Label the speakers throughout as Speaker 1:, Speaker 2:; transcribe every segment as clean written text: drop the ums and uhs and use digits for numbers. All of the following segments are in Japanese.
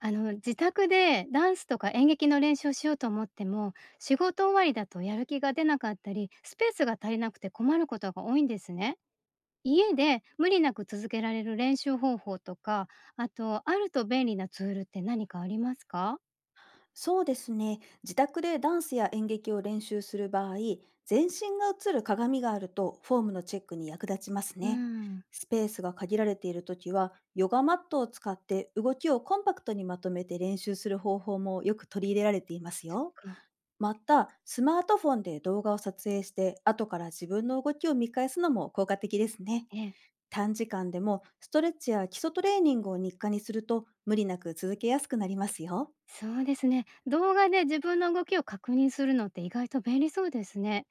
Speaker 1: あの、自宅でダンスとか演劇の練習をしようと思っても、仕事終わりだとやる気が出なかったり、スペースが足りなくて困ることが多いんですね。家で無理なく続けられる練習方法とか、あとあると便利なツールって何かありますか？
Speaker 2: そうですね。自宅でダンスや演劇を練習する場合、全身が映る鏡があるとフォームのチェックに役立ちます
Speaker 1: う
Speaker 2: ね。
Speaker 1: ん。
Speaker 2: スペースが限られているときは、ヨガマットを使って動きをコンパクトにまとめて練習する方法もよく取り入れられています
Speaker 1: そっ
Speaker 2: よ。
Speaker 1: か。
Speaker 2: また、スマートフォンで動画を撮影して、後から自分の動きを見返すのも効果的ですね。
Speaker 1: ええ。
Speaker 2: 短時間でもストレッチや基礎トレーニングを日課にすると無理なく続けやすくなりますよ。
Speaker 1: そうですね。動画で自分の動きを確認するのって意外と便利そうですね。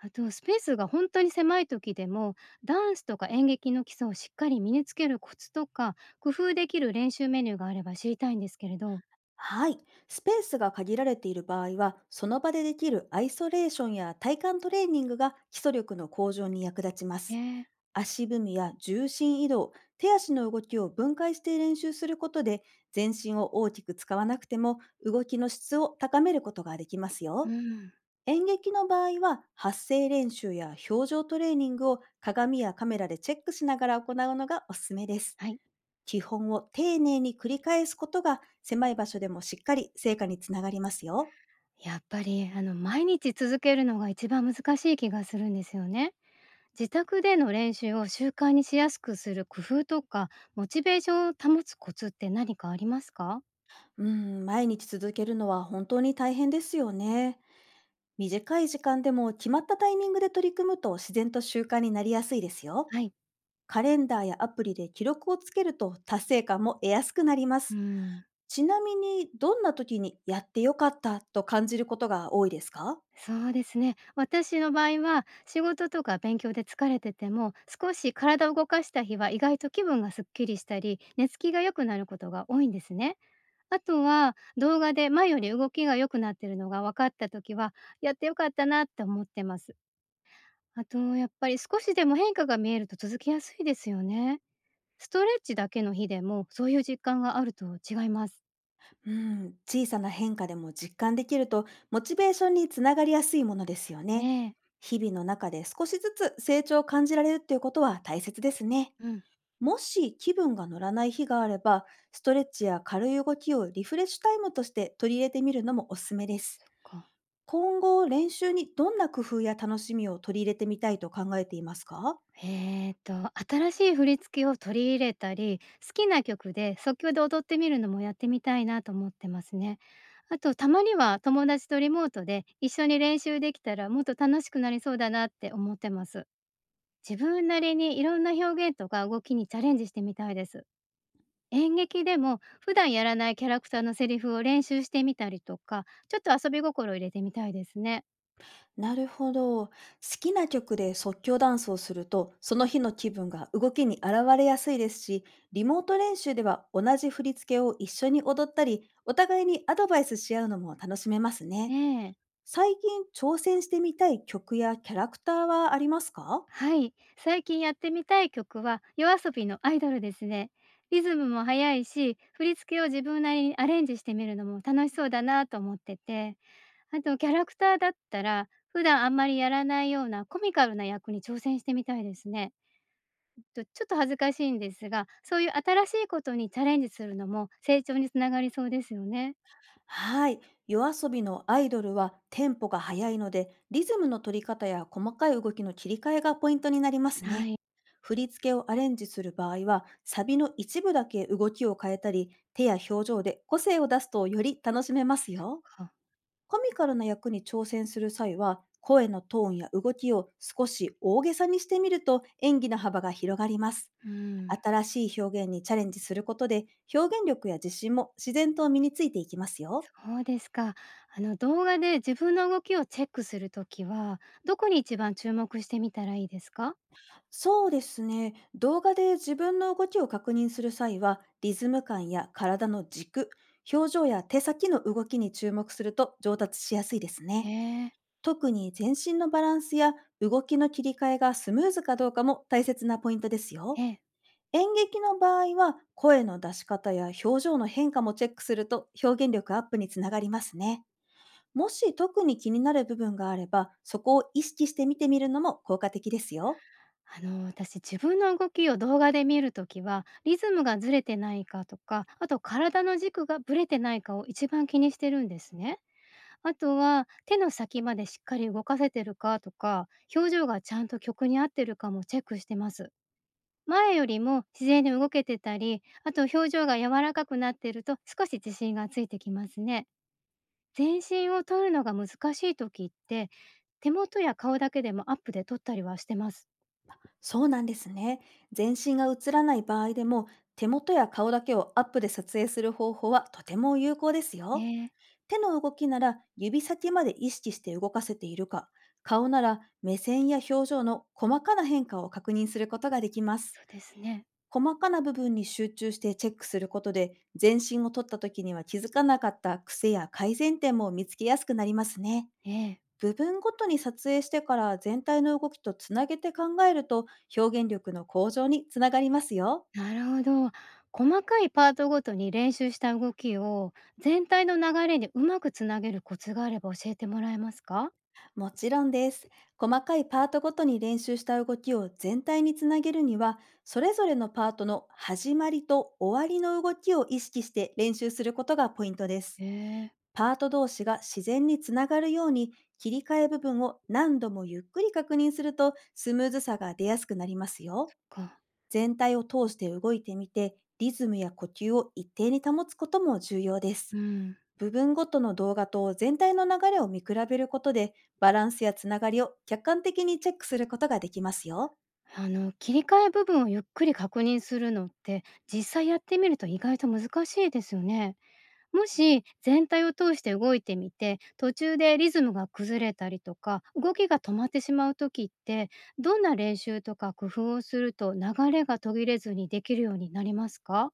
Speaker 1: あとスペースが本当に狭い時でも、ダンスとか演劇の基礎をしっかり身につけるコツとか、工夫できる練習メニューがあれば知りたいんですけれど。
Speaker 2: はい。スペースが限られている場合は、その場でできるアイソレーションや体幹トレーニングが基礎力の向上に役立ちま
Speaker 1: え
Speaker 2: す。
Speaker 1: ー、
Speaker 2: 足踏みや重心移動、手足の動きを分解して練習することで、全身を大きく使わなくても動きの質を高めることができます
Speaker 1: う
Speaker 2: よ。
Speaker 1: ん。
Speaker 2: 演劇の場合は、発声練習や表情トレーニングを鏡やカメラでチェックしながら行うのがおすすめです。
Speaker 1: はい。
Speaker 2: 基本を丁寧に繰り返すことが狭い場所でもしっかり成果につながりますよ。
Speaker 1: やっぱりあの、毎日続けるのが一番難しい気がするんですよね。自宅での練習を習慣にしやすくする工夫とか、モチベーションを保つコツって何かありますか？
Speaker 2: うん、毎日続けるのは本当に大変ですよね。短い時間でも決まったタイミングで取り組むと自然と習慣になりやすいですよ。
Speaker 1: はい。
Speaker 2: カレンダーやアプリで記録をつけると達成感も得やすくなりま
Speaker 1: う
Speaker 2: す。
Speaker 1: ん。
Speaker 2: ちなみに、どんな時にやって良かったと感じることが多いですか？
Speaker 1: そうですね。私の場合は、仕事とか勉強で疲れてても、少し体を動かした日は意外と気分がすっきりしたり、寝つきが良くなることが多いんですね。あとは、動画で前より動きが良くなってるのが分かった時は、やってよかったなって思ってます。あと、やっぱり少しでも変化が見えると続きやすいですよね。ストレッチだけの日でも、そういう実感があると違います。
Speaker 2: うん、小さな変化でも実感できると、モチベーションにつながりやすいものですよ
Speaker 1: え
Speaker 2: ね。
Speaker 1: え。
Speaker 2: 日々の中で少しずつ成長を感じられるっていうことは大切ですね。
Speaker 1: うん。
Speaker 2: もし気分が乗らない日があれば、ストレッチや軽い動きをリフレッシュタイムとして取り入れてみるのもおすすめです。
Speaker 1: そっか。
Speaker 2: 今後、練習にどんな工夫や楽しみを取り入れてみたいと考えていますか？
Speaker 1: 新しい振り付けを取り入れたり、好きな曲で即興で踊ってみるのもやってみたいなと思ってますね。あと、たまには友達とリモートで一緒に練習できたらもっと楽しくなりそうだなって思ってます。自分なりにいろんな表現とか動きにチャレンジしてみたいです。演劇でも普段やらないキャラクターのセリフを練習してみたりとか、ちょっと遊び心を入れてみたいですね。
Speaker 2: なるほど。好きな曲で即興ダンスをすると、その日の気分が動きに現れやすいですし、リモート練習では同じ振り付けを一緒に踊ったり、お互いにアドバイスし合うのも楽しめますね。
Speaker 1: ええ。
Speaker 2: 最近挑戦してみたい曲やキャラクターはありますか？
Speaker 1: はい、最近やってみたい曲は夜遊びのアイドルですね。リズムも速いし、振り付けを自分なりにアレンジしてみるのも楽しそうだなと思ってて、あとキャラクターだったら、普段あんまりやらないようなコミカルな役に挑戦してみたいですね。とちょっと恥ずかしいんですが、そういう新しいことにチャレンジするのも成長につながりそうですよね。
Speaker 2: はい。夜遊びのアイドルはテンポが速いので、リズムの取り方や細かい動きの切り替えがポイントになります
Speaker 1: な
Speaker 2: ね。
Speaker 1: い
Speaker 2: 振り付けをアレンジする場合は、サビの一部だけ動きを変えたり、手や表情で個性を出すとより楽しめますよ。
Speaker 1: か。
Speaker 2: コミカルな役に挑戦する際は、声のトーンや動きを少し大げさにしてみると演技の幅が広がります。
Speaker 1: うん。
Speaker 2: 新しい表現にチャレンジすることで、表現力や自信も自然と身についていきますよ。
Speaker 1: そうですか。あの、動画で自分の動きをチェックするときは、どこに一番注目してみたらいいですか？
Speaker 2: そうですね。動画で自分の動きを確認する際は、リズム感や体の軸、表情や手先の動きに注目すると上達しやすいです
Speaker 1: へ
Speaker 2: ね。
Speaker 1: え。
Speaker 2: 特に全身のバランスや動きの切り替えがスムーズかどうかも大切なポイントです
Speaker 1: え
Speaker 2: よ。
Speaker 1: え、
Speaker 2: 演劇の場合は、声の出し方や表情の変化もチェックすると表現力アップにつながりますね。もし特に気になる部分があれば、そこを意識して見てみるのも効果的ですよ。
Speaker 1: あの、私自分の動きを動画で見るときは、リズムがずれてないかとか、あと体の軸がぶれてないかを一番気にしてるんですね。あとは手の先までしっかり動かせてるかとか、表情がちゃんと曲に合ってるかもチェックしてます。前よりも自然に動けてたり、あと表情が柔らかくなってると少し自信がついてきますね。全身を撮るのが難しい時って、手元や顔だけでもアップで撮ったりはしてます。
Speaker 2: そうなんですね。全身が映らない場合でも、手元や顔だけをアップで撮影する方法はとても有効です
Speaker 1: え
Speaker 2: よ。
Speaker 1: え。
Speaker 2: 手の動きなら指先まで意識して動かせているか、顔なら目線や表情の細かな変化を確認することができます。
Speaker 1: そうですね。
Speaker 2: 細かな部分に集中してチェックすることで、全身を撮った時には気づかなかった癖や改善点も見つけやすくなりますね。
Speaker 1: ええ。
Speaker 2: 部分ごとに撮影してから全体の動きとつなげて考えると表現力の向上につながりますよ。
Speaker 1: なるほど。細かいパートごとに練習した動きを全体の流れにうまくつなげるコツがあれば教えてもらえますか？
Speaker 2: もちろんです。細かいパートごとに練習した動きを全体につなげるには、それぞれのパートの始まりと終わりの動きを意識して練習することがポイントです。
Speaker 1: ええ、
Speaker 2: パート同士が自然につながるように切り替え部分を何度もゆっくり確認するとスムーズさが出やすくなりますよ。
Speaker 1: か。
Speaker 2: 全体を通して動いてみて、リズムや呼吸を一定に保つことも重要です。
Speaker 1: うん。
Speaker 2: 部分ごとの動画と全体の流れを見比べることで、バランスやつながりを客観的にチェックすることができますよ。
Speaker 1: あの、切り替え部分をゆっくり確認するのって、実際やってみると意外と難しいですよね。もし全体を通して動いてみて、途中でリズムが崩れたりとか、動きが止まってしまう時って、どんな練習とか工夫をすると流れが途切れずにできるようになりますか？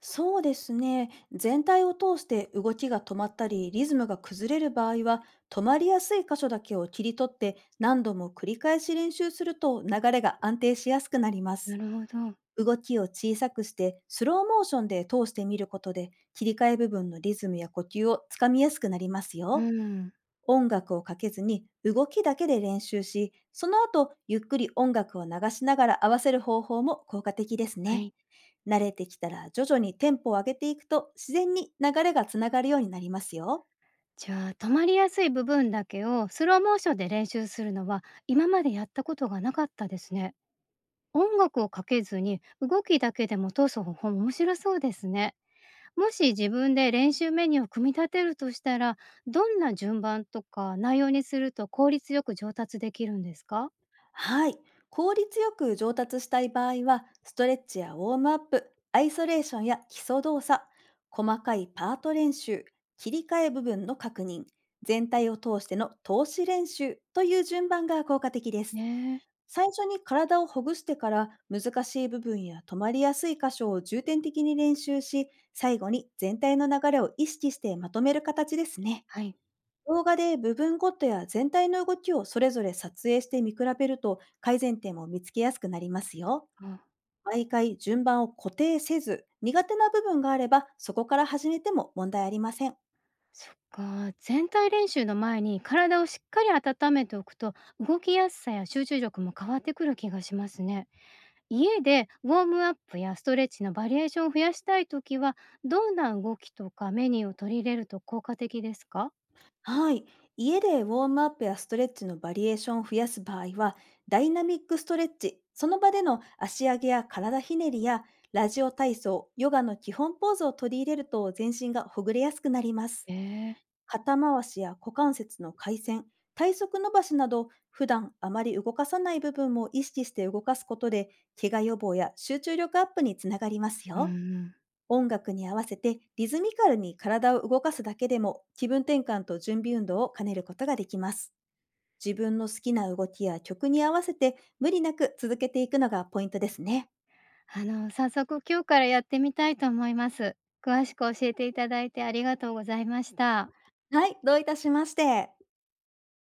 Speaker 2: そうですね。全体を通して動きが止まったり、リズムが崩れる場合は、止まりやすい箇所だけを切り取って何度も繰り返し練習すると流れが安定しやすくなりま
Speaker 1: な
Speaker 2: す。
Speaker 1: るほど。
Speaker 2: 動きを小さくしてスローモーションで通してみることで切り替え部分のリズムや呼吸をつかみやすくなります
Speaker 1: う
Speaker 2: よ。
Speaker 1: ん。
Speaker 2: 音楽をかけずに動きだけで練習し、その後ゆっくり音楽を流しながら合わせる方法も効果的です
Speaker 1: は
Speaker 2: ね。
Speaker 1: い。
Speaker 2: 慣れてきたら徐々にテンポを上げていくと自然に流れがつながるようになりますよ。
Speaker 1: じゃあ、止まりやすい部分だけをスローモーションで練習するのは、今までやったことがなかったですね。音楽をかけずに動きだけでも通す方法も面白そうですね。もし自分で練習メニューを組み立てるとしたら、どんな順番とか内容にすると効率よく上達できるんですか？
Speaker 2: はい。効率よく上達したい場合は、ストレッチやウォームアップ、アイソレーションや基礎動作、細かいパート練習、切り替え部分の確認、全体を通しての投資練習という順番が効果的で
Speaker 1: ね
Speaker 2: す。
Speaker 1: え。
Speaker 2: 最初に体をほぐしてから難しい部分や止まりやすい箇所を重点的に練習し、最後に全体の流れを意識してまとめる形ですね。
Speaker 1: はい。
Speaker 2: 動画で部分ごとや全体の動きをそれぞれ撮影して見比べると改善点を見つけやすくなりますよ。
Speaker 1: あ、
Speaker 2: 毎回順番を固定せず、苦手な部分があればそこから始めても問題ありません。
Speaker 1: そっか。全体練習の前に体をしっかり温めておくと、動きやすさや集中力も変わってくる気がしますね。家でウォームアップやストレッチのバリエーションを増やしたいときは、どんな動きとかメニューを取り入れると効果的ですか？
Speaker 2: はい。家でウォームアップやストレッチのバリエーションを増やす場合は、ダイナミックストレッチ、その場での足上げや体ひねりや、ラジオ体操、ヨガの基本ポーズを取り入れると全身がほぐれやすくなります。
Speaker 1: ええ、
Speaker 2: 肩回しや股関節の回旋、体側伸ばしなど、普段あまり動かさない部分も意識して動かすことで、怪我予防や集中力アップにつながります
Speaker 1: うん
Speaker 2: よ。
Speaker 1: うん。
Speaker 2: 音楽に合わせてリズミカルに体を動かすだけでも気分転換と準備運動を兼ねることができます。自分の好きな動きや曲に合わせて無理なく続けていくのがポイントですね。
Speaker 1: あの、早速今日からやってみたいと思います。詳しく教えていただいてありがとうございました。
Speaker 2: はい、どういたしまして。